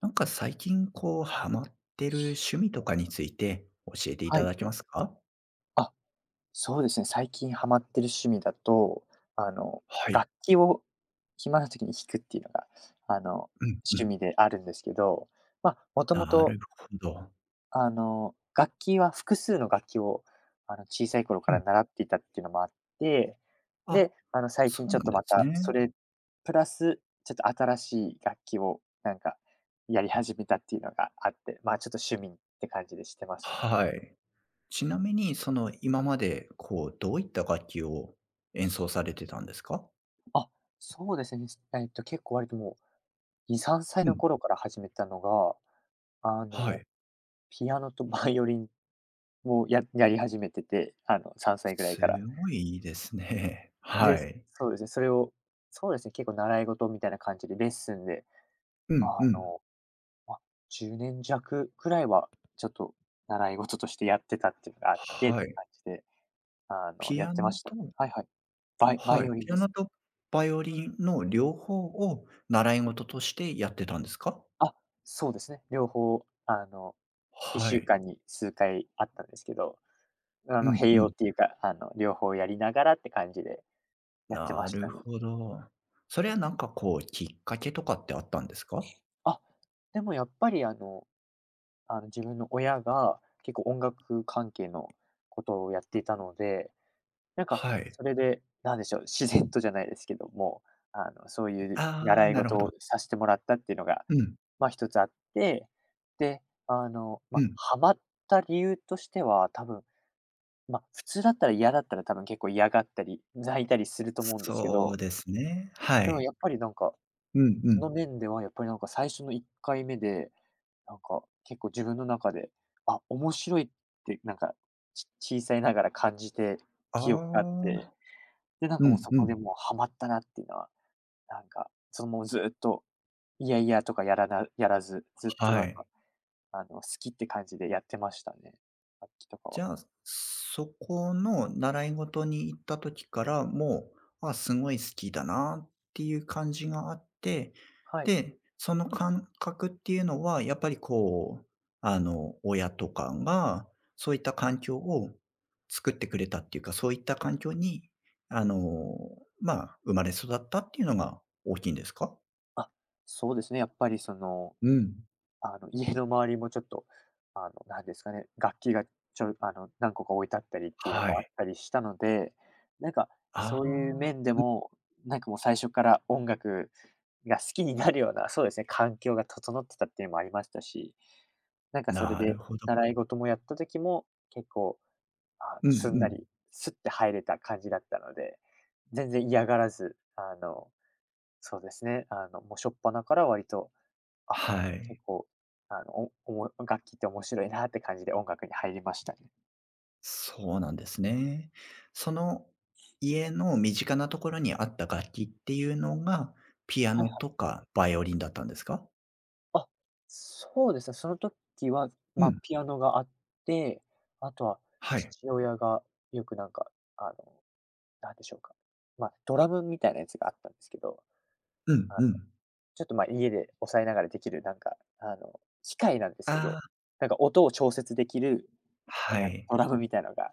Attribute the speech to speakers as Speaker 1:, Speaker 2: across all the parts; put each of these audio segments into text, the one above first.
Speaker 1: なんか最近こうハマってる趣味とかについて教えてい
Speaker 2: は
Speaker 1: た
Speaker 2: い。
Speaker 1: だけますか？
Speaker 2: あ、そうですね。最近ハマってる趣味だと、あの、
Speaker 1: はい。
Speaker 2: 楽器を暇な時に弾くっていうのが、あの、
Speaker 1: うんう
Speaker 2: 趣
Speaker 1: ん。
Speaker 2: 味であるんですけど、まあ、もとも
Speaker 1: な
Speaker 2: と、
Speaker 1: るほど。
Speaker 2: 楽器は複数の楽器を、小さい頃か
Speaker 1: うん。
Speaker 2: ら習っていたっていうのもあって、
Speaker 1: あ、
Speaker 2: で、あの、最
Speaker 1: そ
Speaker 2: 近
Speaker 1: う
Speaker 2: ちょ
Speaker 1: な
Speaker 2: っ
Speaker 1: ん
Speaker 2: と
Speaker 1: で
Speaker 2: ま
Speaker 1: す
Speaker 2: たそ
Speaker 1: ね。
Speaker 2: れプラス、ちょっと新しい楽器をなんかやり始めたっていうのがあって、まあ、ちょっと趣味って感じでしてますね。
Speaker 1: はい。ちなみにその今までこうどういった楽器を演奏されてたんですか？
Speaker 2: あ、そうですね。結構割ともう2、3歳
Speaker 1: う
Speaker 2: の
Speaker 1: ん。
Speaker 2: 頃から始めたのが、あ
Speaker 1: は
Speaker 2: の、
Speaker 1: い。
Speaker 2: ピアノとバイオリンをやり始めてて、あの、3歳ぐらい
Speaker 1: す
Speaker 2: から。
Speaker 1: ごいいいですね。は
Speaker 2: で、
Speaker 1: い。
Speaker 2: そうですね、それを、そうですね、結構習い事みたいな感じでレッスンで、
Speaker 1: う
Speaker 2: あ
Speaker 1: んうん。
Speaker 2: の、ま、10年弱くらいは、ちょっと習い事としてやってたっていうのがあってっ
Speaker 1: は
Speaker 2: て
Speaker 1: い。
Speaker 2: 感じで、あの、
Speaker 1: ピ
Speaker 2: やっ
Speaker 1: ア
Speaker 2: てま
Speaker 1: ノ
Speaker 2: した。
Speaker 1: と
Speaker 2: はいはい。バ
Speaker 1: は
Speaker 2: イ
Speaker 1: い、
Speaker 2: オリン
Speaker 1: ピア
Speaker 2: で
Speaker 1: ノ
Speaker 2: す。
Speaker 1: とバイオリンの両方を習い事としてやってたんですか？
Speaker 2: あ、そうですね、両方、あの
Speaker 1: は
Speaker 2: 1週
Speaker 1: い。
Speaker 2: 間に数回あったんですけど、あ
Speaker 1: う
Speaker 2: の、
Speaker 1: ん
Speaker 2: 併
Speaker 1: う
Speaker 2: 用
Speaker 1: ん。
Speaker 2: っていうか、あの、両方やりながらって感じでやってま
Speaker 1: な
Speaker 2: し
Speaker 1: る
Speaker 2: たね。
Speaker 1: ほど。それはなんかこう、きっかけとかってあったんですか？
Speaker 2: あ、でもやっぱりあの、自分の親が結構音楽関係のことをやっていたので、なんか
Speaker 1: はい。
Speaker 2: それで、なんでしょう、自然とじゃないですけども、あの、そういう
Speaker 1: ああ、
Speaker 2: 習い
Speaker 1: なるほ
Speaker 2: 事
Speaker 1: ど。
Speaker 2: をさせてもらったっていうのが、
Speaker 1: うん、
Speaker 2: ま、一つあって、で、あの、
Speaker 1: う
Speaker 2: まあ、
Speaker 1: ん。
Speaker 2: ハマった理由としては、多分まあ、普通だったら嫌だったら多分結構嫌がったり、泣いたりすると思うんですけ
Speaker 1: そう
Speaker 2: ど、
Speaker 1: ですね。は
Speaker 2: でも
Speaker 1: い。
Speaker 2: やっぱりなんか、
Speaker 1: うんう
Speaker 2: その
Speaker 1: ん。
Speaker 2: 面ではやっぱりなんか最初の1回目で、なんか結構自分の中で、あ、面白いってなんか、小さいながら感じて、
Speaker 1: あ
Speaker 2: 記憶があって、
Speaker 1: あ、
Speaker 2: で、なん
Speaker 1: う
Speaker 2: かもう
Speaker 1: ん
Speaker 2: そ
Speaker 1: う
Speaker 2: こで
Speaker 1: ん。
Speaker 2: もうハマったなっていうのは、なんか、そのもうずっと、いやいやとかやらず、ずっと
Speaker 1: は
Speaker 2: なん
Speaker 1: い。
Speaker 2: か、あの、好きって感じでやってましたね、楽器とか
Speaker 1: じ
Speaker 2: は。
Speaker 1: ゃあ、そこの習い事に行った時から、もう、あ、すごい好きだなっていう感じがあって、
Speaker 2: はい。
Speaker 1: で、その感覚っていうのは、やっぱりこう、親とかが、そういった環境を作ってくれたっていうか、そういった環境に、あの、まあ、生まれ育ったっていうのが大きいんですか？
Speaker 2: あ、そうですね、やっぱりその
Speaker 1: うん、
Speaker 2: 家の周りもちょっと、あの、なんですかね、楽器があの、何個か置いてあったりっていうの
Speaker 1: は
Speaker 2: もあっ
Speaker 1: い。
Speaker 2: たりしたので、なんか、
Speaker 1: あ
Speaker 2: そういう
Speaker 1: あ、
Speaker 2: 面でも、なんかもう最初から音楽が好きになるような、そうですね、環境が整ってたっていうのもありましたし、なんかそれ
Speaker 1: なる
Speaker 2: で
Speaker 1: ほど。
Speaker 2: 習い事もやった時も、結構、あ
Speaker 1: うん
Speaker 2: の、
Speaker 1: う
Speaker 2: すんな
Speaker 1: ん。
Speaker 2: り、スッて入れた感じだったので、全然嫌がらず、あの、そうですね、あの、もう初っ端から割とあ、
Speaker 1: は
Speaker 2: 結
Speaker 1: い。
Speaker 2: 構、あの、おおも楽器って面白いなって感じで音楽に入りましたね。
Speaker 1: そうなんですね。その家の身近なところにあった楽器っていうのが、ピア
Speaker 2: はい
Speaker 1: ノ
Speaker 2: は
Speaker 1: と
Speaker 2: い。
Speaker 1: かバイオリンだったんですか？
Speaker 2: あ、そうですね、その時は、
Speaker 1: う
Speaker 2: まあ、
Speaker 1: ん、
Speaker 2: ピアノがあって、あとは
Speaker 1: はい。
Speaker 2: 父親がよくなんか、あの、なんでしょうか、まあ、ドラムみたいなやつがあったんですけど、
Speaker 1: うん
Speaker 2: あの、
Speaker 1: うん。
Speaker 2: ちょっと、ま、家で押さえながらできるなんか、あの、機械なんですけ
Speaker 1: あ
Speaker 2: ど、
Speaker 1: あ、
Speaker 2: なんか音を調節できる、な
Speaker 1: は
Speaker 2: んか
Speaker 1: い。
Speaker 2: ドラムみたいなのが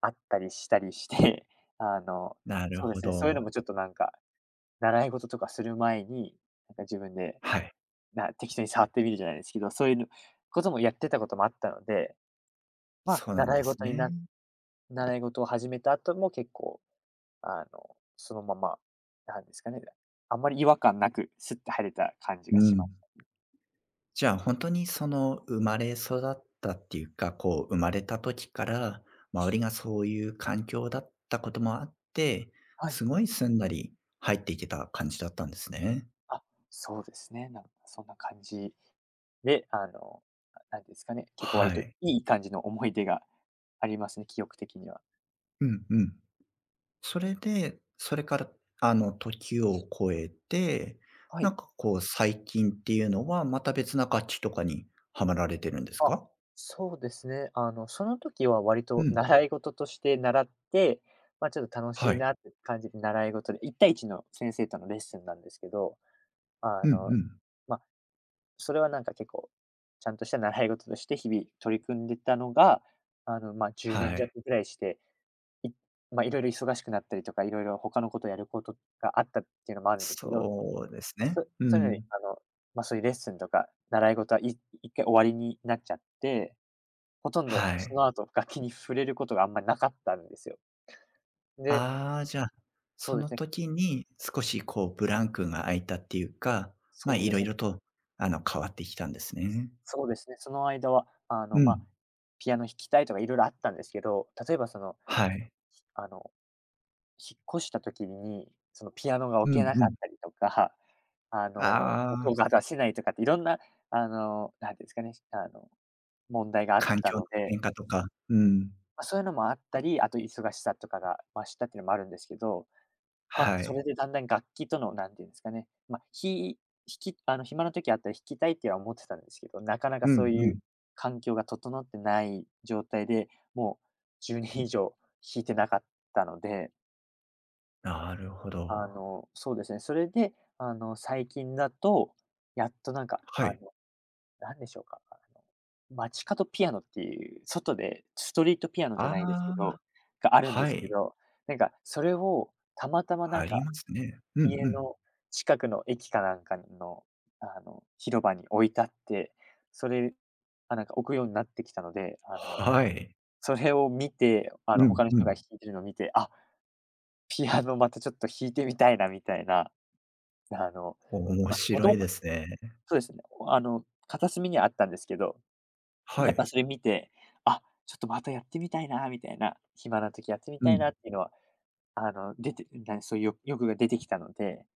Speaker 2: あったりしたりして、あの、
Speaker 1: なる
Speaker 2: そうで
Speaker 1: ほ
Speaker 2: すね、そういうのも
Speaker 1: ど。
Speaker 2: ちょっとなんか習い事とかする前に、なんか自分で、
Speaker 1: はい。
Speaker 2: 適当に触ってみるじゃないですけど、そういうのこともやってたこともあったので、まあ、
Speaker 1: そうなんですね。
Speaker 2: 習い事を始めた後も結構、あの、そのまま、なんですかね、あんまり違和感なく、スッて入れた感じ
Speaker 1: う
Speaker 2: がしま
Speaker 1: ん。
Speaker 2: す。
Speaker 1: じゃあ、本当にその生まれ育ったっていうか、こう生まれた時から、周りがそういう環境だったこともあって、
Speaker 2: はい。
Speaker 1: すごいすんなり入っていけた感じだったんですね。
Speaker 2: あ、そうですね。なんかそんな感じで、あの、なんですかね、結構割
Speaker 1: は
Speaker 2: と
Speaker 1: い。
Speaker 2: いい感じの思い出がありますね、記憶的には。
Speaker 1: うんうん。それで、それから、時を超えて、
Speaker 2: は
Speaker 1: な
Speaker 2: い。
Speaker 1: んかこう、最近っていうのは、また別な楽器とかにはまられてるんです
Speaker 2: あ、
Speaker 1: か？
Speaker 2: そうですね。あの、その時は割
Speaker 1: う
Speaker 2: と
Speaker 1: ん、
Speaker 2: 習い事として習って、ま、ちょっと楽
Speaker 1: は
Speaker 2: しい
Speaker 1: い。
Speaker 2: なって感じで習い事で1対一の先生とのレッスンなんですけど、あ
Speaker 1: うん
Speaker 2: の、
Speaker 1: うん。
Speaker 2: まあ、それはなんか結構、ちゃんとした習い事として日々取り組んでたのが、あの、ま、10年
Speaker 1: は
Speaker 2: 弱
Speaker 1: い。
Speaker 2: ぐらいして、いま、いろいろ忙しくなったりとか、いろいろ他のことをやることがあったっていうのもあるんですけど、
Speaker 1: そうですね。う
Speaker 2: そういうのに、
Speaker 1: ん。
Speaker 2: あの、ま、そういうレッスンとか習い事は一回終わりになっちゃってほとんど
Speaker 1: は
Speaker 2: そ
Speaker 1: い。
Speaker 2: の後、楽器に触れることがあんまりなかったんですよ。で、
Speaker 1: ああ、じゃあ、
Speaker 2: そ
Speaker 1: そ
Speaker 2: うで
Speaker 1: の
Speaker 2: すね、
Speaker 1: 時に少しこうブランクが空いたっていうか、
Speaker 2: そう
Speaker 1: い
Speaker 2: で
Speaker 1: ろ
Speaker 2: す
Speaker 1: い
Speaker 2: ね、
Speaker 1: ろと、変わってきたんですね。
Speaker 2: そうですね、その間は、あ
Speaker 1: う
Speaker 2: の、まあ、
Speaker 1: ん。
Speaker 2: ピアノ弾きたいとかいろいろあったんですけど、例えばその、
Speaker 1: はい。
Speaker 2: あの、引っ越した時に、そのピアノが置
Speaker 1: う
Speaker 2: け
Speaker 1: ん
Speaker 2: な
Speaker 1: う
Speaker 2: かっ
Speaker 1: ん。
Speaker 2: たりとか、あの、
Speaker 1: あ
Speaker 2: 音
Speaker 1: あ、
Speaker 2: が出せないとかっていろんな、あの、なんていうんですかね、あの、問題があっ
Speaker 1: 環
Speaker 2: た
Speaker 1: 境の
Speaker 2: ので、
Speaker 1: 変化とか、うん。
Speaker 2: まあ、そういうのもあったり、あと忙しさとかが増したっていうのもあるんですけど、まあ、
Speaker 1: は
Speaker 2: それ
Speaker 1: い。
Speaker 2: でだんだん楽器との、何て言うんですかね、まあ、ひ弾きあの、暇な時あったら弾きたいっては思ってたんですけど、なかなか
Speaker 1: う
Speaker 2: そう
Speaker 1: んう
Speaker 2: いう
Speaker 1: ん。
Speaker 2: 環境が整ってない状態で、もう10年以上弾いてなかったので、
Speaker 1: なるほ
Speaker 2: あ
Speaker 1: ど。
Speaker 2: の、そうですね、それで、あの、最近だと、やっとなんか、
Speaker 1: は
Speaker 2: あ
Speaker 1: い。
Speaker 2: の、なんでしょうか、あの、街角ピアノっていう、外でストリートピアノじゃ
Speaker 1: あ
Speaker 2: ないですけ
Speaker 1: あ、
Speaker 2: ど、があるんで
Speaker 1: は
Speaker 2: すけ
Speaker 1: い。
Speaker 2: ど、なんかそれをたまたまな
Speaker 1: あ
Speaker 2: ん
Speaker 1: り
Speaker 2: か
Speaker 1: ますね。うんう
Speaker 2: 家
Speaker 1: ん。
Speaker 2: の近くの駅かなんかの、あの、広場に置いてあって、それ、あ、なんか置くようになってきたので、あの、
Speaker 1: はい。
Speaker 2: それを見て、あ
Speaker 1: う
Speaker 2: の、
Speaker 1: ん
Speaker 2: 他の
Speaker 1: う
Speaker 2: 人が
Speaker 1: ん。
Speaker 2: 弾いてるのを見て、あ、ピアノまたちょっと弾いてみたいなみたいな、あの、
Speaker 1: 面
Speaker 2: ま、も
Speaker 1: 白
Speaker 2: と
Speaker 1: い
Speaker 2: も
Speaker 1: で
Speaker 2: と
Speaker 1: すね。
Speaker 2: そうですね、あの、片隅にはあったんですけど、
Speaker 1: は
Speaker 2: やっぱ
Speaker 1: い。
Speaker 2: それ見て、あ、ちょっとまたやってみたいなみたいな、暇な時やってみ
Speaker 1: う
Speaker 2: たいな
Speaker 1: ん。
Speaker 2: っていうのは、あの、出てなそういう欲が出てきたので、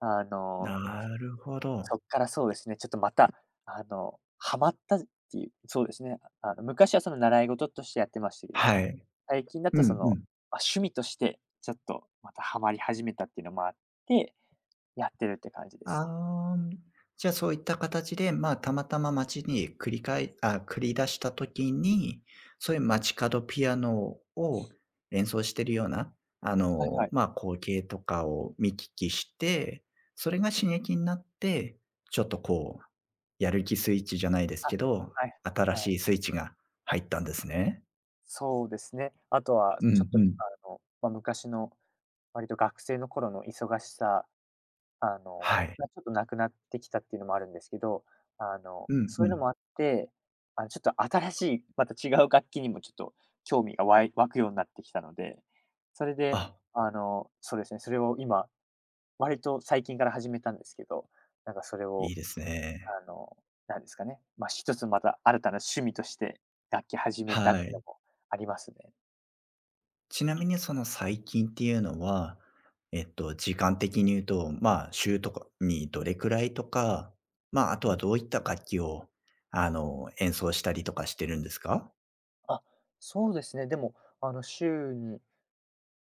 Speaker 2: あの、
Speaker 1: なるほど。
Speaker 2: そっからそうですね、ちょっとまた、あの、ハマったっていう、そうですね。あの、昔はその習い事としてやってましたけど、
Speaker 1: はい。
Speaker 2: 最近だ
Speaker 1: う
Speaker 2: とそ
Speaker 1: ん
Speaker 2: の、
Speaker 1: うん。
Speaker 2: まあ、趣味として、ちょっとまたハマり始めたっていうのもあって、やってるって感じですね。
Speaker 1: あーじゃあ、そういった形で、まあ、たまたま街に繰り出した時に、そういう街角ピアノを演奏してるような、
Speaker 2: はいはい。
Speaker 1: まあ、光景とかを見聞きして、それが刺激になって、ちょっとこう、やる気スイッチじゃないです
Speaker 2: あ、
Speaker 1: けど、
Speaker 2: はい
Speaker 1: 新
Speaker 2: はい。
Speaker 1: しいスイッチが入ったんですね。
Speaker 2: そうですね。あとは
Speaker 1: う
Speaker 2: ちょ
Speaker 1: ん
Speaker 2: っ
Speaker 1: う
Speaker 2: と、
Speaker 1: ん。
Speaker 2: あの、まあ、昔の割と学生の頃の忙しさあ
Speaker 1: は
Speaker 2: の、
Speaker 1: い。
Speaker 2: まあ、ちょっとなくなってきたっていうのもあるんですけど、あの、
Speaker 1: うん
Speaker 2: そうい
Speaker 1: う
Speaker 2: うの
Speaker 1: ん。
Speaker 2: もあって、あの、ちょっと新しい、また違う楽器にもちょっと興味が湧くようになってきたので、それで、
Speaker 1: あ、
Speaker 2: あの、そうですね、それを今、割と最近から始めたんですけど、なんかそれ
Speaker 1: い
Speaker 2: を、
Speaker 1: いですね。
Speaker 2: あの、なんですかね、まあ、一つまた新たな趣味として楽器始めたっ
Speaker 1: は
Speaker 2: ていう
Speaker 1: い。
Speaker 2: のもありますね。
Speaker 1: ちなみにその最近っていうのは、時間的に言うと、まあ、週とかにどれくらいとか、まあ、あとはどういった楽器を、演奏したりとかしてるんですか？
Speaker 2: あ、そうですね。でも、週に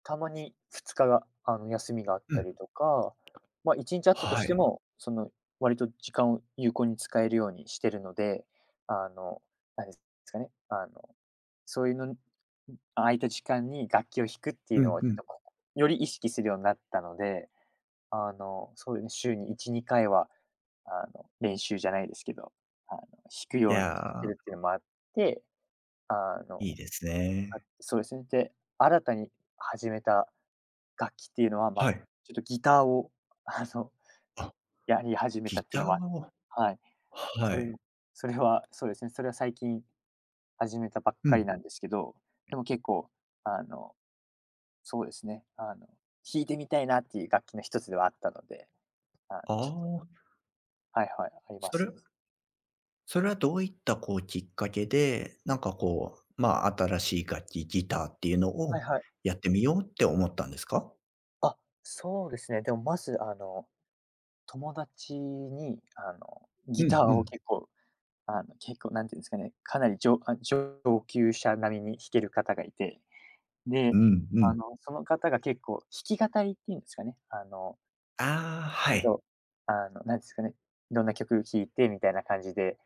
Speaker 2: たまに2日が、休みがあっ
Speaker 1: う
Speaker 2: た
Speaker 1: ん。
Speaker 2: りとか、まあ、1日あったと
Speaker 1: は
Speaker 2: して
Speaker 1: い。
Speaker 2: も、その、割と時間を有効に使えるようにしてるので、あの、なんですかね、あの、そういうのん空いた時間に楽器を弾くってい
Speaker 1: う
Speaker 2: うの
Speaker 1: ん
Speaker 2: を
Speaker 1: う
Speaker 2: ちょっ
Speaker 1: ん。
Speaker 2: と、より意識するようになったので、そういうね、週に1、2回は、練習じゃないですけど、弾く
Speaker 1: い
Speaker 2: ようにして
Speaker 1: や、
Speaker 2: るっていうのもあって、あ
Speaker 1: いい
Speaker 2: の
Speaker 1: ですね。
Speaker 2: あ、そうですね。で、新たに始めた楽器っていうのは、ま
Speaker 1: は
Speaker 2: あ、
Speaker 1: い。
Speaker 2: ちょっとギターを、あの、
Speaker 1: あ、
Speaker 2: やり始めた
Speaker 1: ギ
Speaker 2: っていうの
Speaker 1: タ
Speaker 2: は、
Speaker 1: ーを、
Speaker 2: はい。
Speaker 1: は
Speaker 2: それ
Speaker 1: い。
Speaker 2: もそれはそうですね、それは最近始めたばっ
Speaker 1: う
Speaker 2: か
Speaker 1: ん。
Speaker 2: りなんですけど、でも結構、あの、そうですね、弾いてみたいなっていう楽器の一つではあったので、あ、
Speaker 1: あ
Speaker 2: ちょっと
Speaker 1: あ、
Speaker 2: はいはい、ありま
Speaker 1: それ
Speaker 2: すね。
Speaker 1: それはどういった、こう、きっかけで、なんか、こう、まあ、新しい楽器、ギターっていうの
Speaker 2: はい
Speaker 1: を
Speaker 2: はい。
Speaker 1: やってみようって思ったんですか？
Speaker 2: あ、そうですね。でもまず、友達に、
Speaker 1: う
Speaker 2: ギ
Speaker 1: んう
Speaker 2: ターを
Speaker 1: ん。
Speaker 2: 結構結構なんていうんですかね、かなり上級者並みに弾ける方がいて、
Speaker 1: う
Speaker 2: で、
Speaker 1: んうん。
Speaker 2: その方が結構弾き語りっていうんですかね、
Speaker 1: ああ、は
Speaker 2: ちょっ
Speaker 1: い。
Speaker 2: と、あの、なんですかね、いろんな曲弾いてみたいな感じで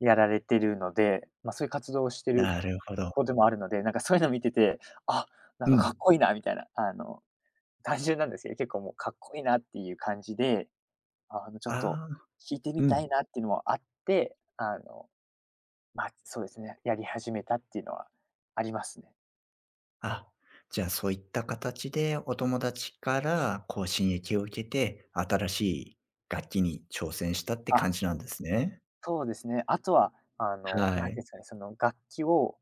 Speaker 2: やられてるので、ま、そういう活動をしてる
Speaker 1: なるほど。
Speaker 2: 子でもあるので、なんかそういうの見てて、あ、なん
Speaker 1: う
Speaker 2: かか
Speaker 1: ん。
Speaker 2: っこいいなみたいな、単純なんですけど、結構もうかっこいいなっていう感じで、ちょっと
Speaker 1: ああ、
Speaker 2: 弾いてみ
Speaker 1: う
Speaker 2: たい
Speaker 1: ん。
Speaker 2: なっていうのもあって、まあ、そうですね、やり始めたっていうのはありますね。
Speaker 1: あ、じゃあそういった形でお友達からこう刺激を受けて、新しい楽器に挑戦したって
Speaker 2: あ、
Speaker 1: 感じなんですね。
Speaker 2: そうですね。あとは、あの、
Speaker 1: は
Speaker 2: なん
Speaker 1: い。
Speaker 2: ていうんですかね、その楽器を、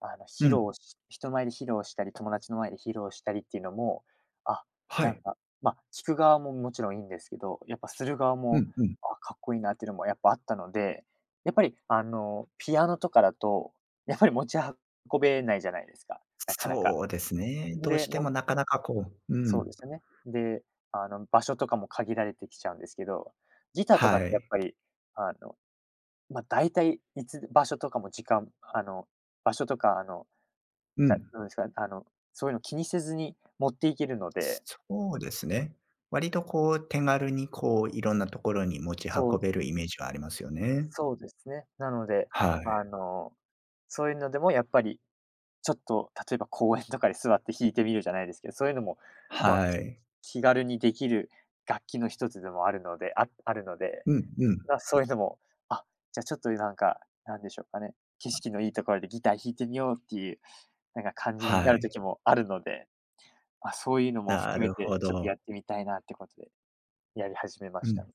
Speaker 2: あの、
Speaker 1: う
Speaker 2: 披
Speaker 1: ん。
Speaker 2: 露し人前で披露したり、友達の前で披露したりっていうのも、あ、
Speaker 1: は
Speaker 2: なん
Speaker 1: い。
Speaker 2: か、まあ、聞く側ももちろんいいんですけど、やっぱする側
Speaker 1: う
Speaker 2: も、
Speaker 1: んうん。
Speaker 2: あ、かっこいいなっていうのもやっぱあったので、やっぱり、ピアノとかだと、やっぱり持ち運べないじゃないですか、なかなか。
Speaker 1: そうですね。どう
Speaker 2: で、
Speaker 1: して
Speaker 2: も
Speaker 1: もなかなかこう、う
Speaker 2: そう
Speaker 1: ん。
Speaker 2: ですよね。で、場所とかも限られてきちゃうんですけど、ギターとかっ
Speaker 1: は
Speaker 2: てやっ
Speaker 1: い。
Speaker 2: ぱり、あの、まあ、大体いつ場所とかも時間、あの、場所とか、あの、
Speaker 1: う
Speaker 2: だ
Speaker 1: ん。
Speaker 2: なんですか、あの、そういうの気にせずに持っていけるので、
Speaker 1: そうですね。割とこう手軽にこういろんなところに持ち
Speaker 2: そう、
Speaker 1: 運べるイメージはありますよね。
Speaker 2: そうですね。なので、
Speaker 1: はい。
Speaker 2: あの、そういうのでもやっぱり、ちょっと例えば公園とかで座って弾いてみるじゃないですけど、そういうのも、まあ、
Speaker 1: は
Speaker 2: き
Speaker 1: い。
Speaker 2: 気軽にできる楽器の一つでもあるので
Speaker 1: うんうん。
Speaker 2: まあ、そういうのも、あ、じゃ、あちょっとなんか、なんでしょうかね、景色のいいところでギター弾いてみようっていう、なんか感じに
Speaker 1: は
Speaker 2: なる
Speaker 1: い。
Speaker 2: 時もあるので、まあ、そういうのも
Speaker 1: な
Speaker 2: 含め
Speaker 1: る
Speaker 2: て、
Speaker 1: ほ
Speaker 2: ちょっと
Speaker 1: ど。
Speaker 2: やってみたいなってことで、やり始めま
Speaker 1: う
Speaker 2: した。
Speaker 1: ん。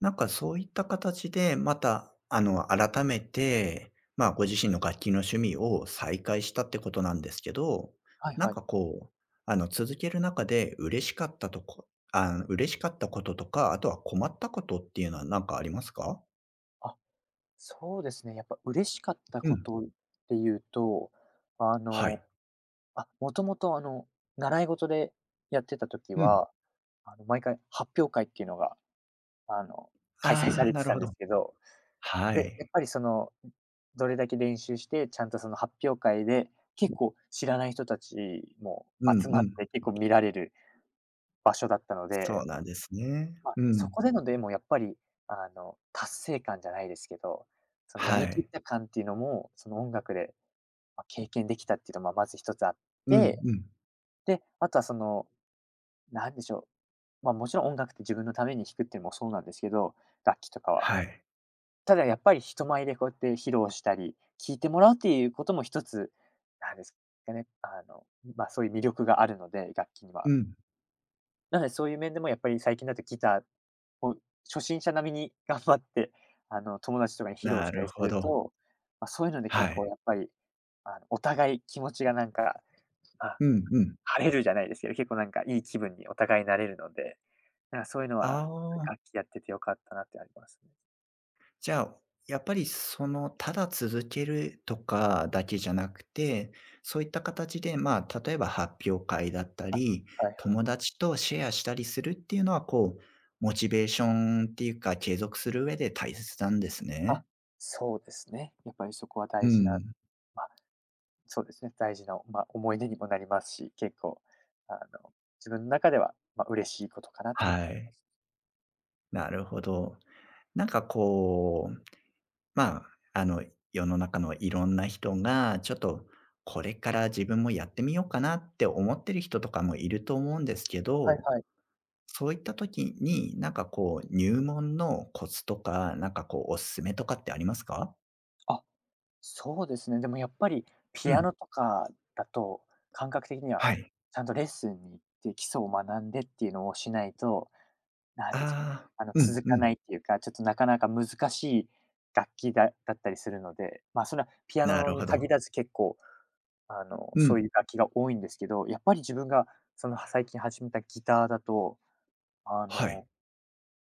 Speaker 1: なんかそういった形で、また、改めて、まあ、ご自身の楽器の趣味を再開したってことなんですけど、
Speaker 2: はい
Speaker 1: なん
Speaker 2: はい。
Speaker 1: かこう、続ける中で嬉しかったこととか、あとは困ったことっていうのは何かありますか？
Speaker 2: あ、そうですね、やっぱ嬉しかった
Speaker 1: う
Speaker 2: こ
Speaker 1: ん。
Speaker 2: とっていうと、あ
Speaker 1: は
Speaker 2: の、
Speaker 1: い。
Speaker 2: あ、もともと習い事でやってた時
Speaker 1: うん。
Speaker 2: は、毎回発表会っていうのが、あの、開催さ
Speaker 1: ああ、
Speaker 2: れ
Speaker 1: な
Speaker 2: て
Speaker 1: る
Speaker 2: た
Speaker 1: ほ
Speaker 2: んで
Speaker 1: ど。
Speaker 2: すけど、
Speaker 1: は
Speaker 2: で、
Speaker 1: い。
Speaker 2: やっぱりその、どれだけ練習して、ちゃんとその発表会で、結構知らない人たちも
Speaker 1: うん
Speaker 2: 集ま
Speaker 1: う
Speaker 2: っ
Speaker 1: ん。
Speaker 2: て、結構見られる場所だったの
Speaker 1: そ
Speaker 2: で、
Speaker 1: うなんですね。
Speaker 2: ま、
Speaker 1: う
Speaker 2: そ
Speaker 1: ん。
Speaker 2: こでのでもやっぱり、達成感じゃないですけど、そのや
Speaker 1: は
Speaker 2: りきっ
Speaker 1: い。
Speaker 2: た感っていうのも、その音楽で、ま、経験できたっていうのもまず一つあっ
Speaker 1: うん
Speaker 2: て、
Speaker 1: うん。
Speaker 2: で、あとはその、なんでしょう、ま、もちろん音楽って自分のために弾くっていうのもそうなんですけど、楽器とかは。
Speaker 1: はい。
Speaker 2: ただやっぱり人前でこうやって披露したり、聴いてもらうっていうことも一つ、なんですかね、ま、そういう魅力があるので、楽器には。
Speaker 1: うん。
Speaker 2: なのでそういう面でもやっぱり最近だとギターを初心者並みに頑張って、友達とかに披露
Speaker 1: な
Speaker 2: した
Speaker 1: る
Speaker 2: りす
Speaker 1: ほ
Speaker 2: る
Speaker 1: ど。
Speaker 2: と、まあ、そういうので
Speaker 1: は
Speaker 2: 結構
Speaker 1: い。
Speaker 2: やっぱり、お互い気持ちがなんか、まあ、
Speaker 1: うんうん。
Speaker 2: 晴れるじゃないですけど、結構なんかいい気分にお互いなれるので、なんかそういうのは
Speaker 1: あ
Speaker 2: 楽
Speaker 1: あ、
Speaker 2: 器やってて良かったなってありますね。
Speaker 1: じゃあ、やっぱりその、ただ続けるとかだけじゃなくて、そういった形で、まあ、例えば発表会だった
Speaker 2: あ、
Speaker 1: り、
Speaker 2: はいは
Speaker 1: 友
Speaker 2: い。
Speaker 1: 達とシェアしたりするっていうのは、こう、モチベーションっていうか、継続する上で大切なんです
Speaker 2: あ、
Speaker 1: ね。
Speaker 2: そうですね。やっぱりそこは
Speaker 1: う
Speaker 2: 大事な、
Speaker 1: ん。
Speaker 2: まあ、そうですね、大事な、まあ、思い出にもなりますし、結構、あの、自分の中では、まあ、嬉しいことかなっていうの
Speaker 1: は
Speaker 2: はありま
Speaker 1: い。
Speaker 2: す。
Speaker 1: なるほど。なんかこう、まあ、世の中のいろんな人が、ちょっと、これから自分もやってみようかなって思ってる人とかもいると思うんですけ
Speaker 2: はい
Speaker 1: ど、
Speaker 2: はい。
Speaker 1: そういった時に、なんかこう、入門のコツとか、なんかこう、おすすめとかってありますか？
Speaker 2: あ、そうですね。でもやっぱり
Speaker 1: う
Speaker 2: ピア
Speaker 1: ん、
Speaker 2: ノとかだと、感覚的には
Speaker 1: はい。
Speaker 2: ちゃんとレッスンに行って基礎を学んでっていうのをしないと、なん
Speaker 1: あ
Speaker 2: ていうんですかね、
Speaker 1: あ、うん
Speaker 2: 続
Speaker 1: う
Speaker 2: か
Speaker 1: ん。
Speaker 2: ないっていうか、ちょっとなかなか難しい楽器だだったりするので、まあ、それはピア
Speaker 1: な
Speaker 2: ノ
Speaker 1: る
Speaker 2: に
Speaker 1: ほど。
Speaker 2: 限らず結構
Speaker 1: う
Speaker 2: そうい
Speaker 1: ん、
Speaker 2: う楽器が多いんですけど、やっぱり自分がその、最近始めたギターだと、あ
Speaker 1: はい。
Speaker 2: の、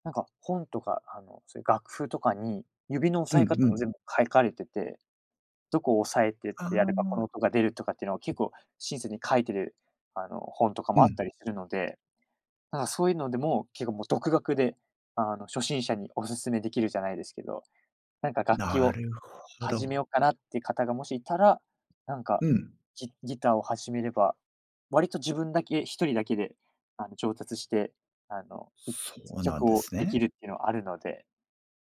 Speaker 2: なんか本とか、そういう楽譜とかに、指の押
Speaker 1: う
Speaker 2: さえ
Speaker 1: んう
Speaker 2: 方も
Speaker 1: ん。
Speaker 2: 全部書かれてて、どこを押さえてっ
Speaker 1: あ
Speaker 2: てやればこ
Speaker 1: あ、
Speaker 2: の音が出るとかっていうのを結構親切に書いてる、本とか
Speaker 1: う
Speaker 2: もあっ
Speaker 1: ん。
Speaker 2: たりするので、なんかそういうのでも結構もう独学で、初心者におすすめできるじゃないですけど、なんか楽器
Speaker 1: な
Speaker 2: を
Speaker 1: るほ
Speaker 2: 始めよ
Speaker 1: ど。
Speaker 2: うかなって方がもしいたら、なんか、
Speaker 1: うん。
Speaker 2: ギターを始めれば、割と自分だけ、一人だけで、上達して、あの、い
Speaker 1: そうな
Speaker 2: 曲
Speaker 1: んで
Speaker 2: を
Speaker 1: す
Speaker 2: で
Speaker 1: ね。
Speaker 2: きるっていうのはあるので、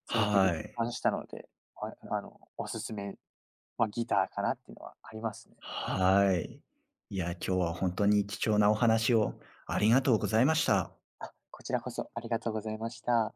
Speaker 2: それを結構
Speaker 1: は
Speaker 2: 実
Speaker 1: い。
Speaker 2: 感したので、あの、おすすめはギターかなっていうのはありますね。
Speaker 1: はい。いや、今日は本当に貴重なお話をありがとうございました。
Speaker 2: あ、こちらこそありがとうございました。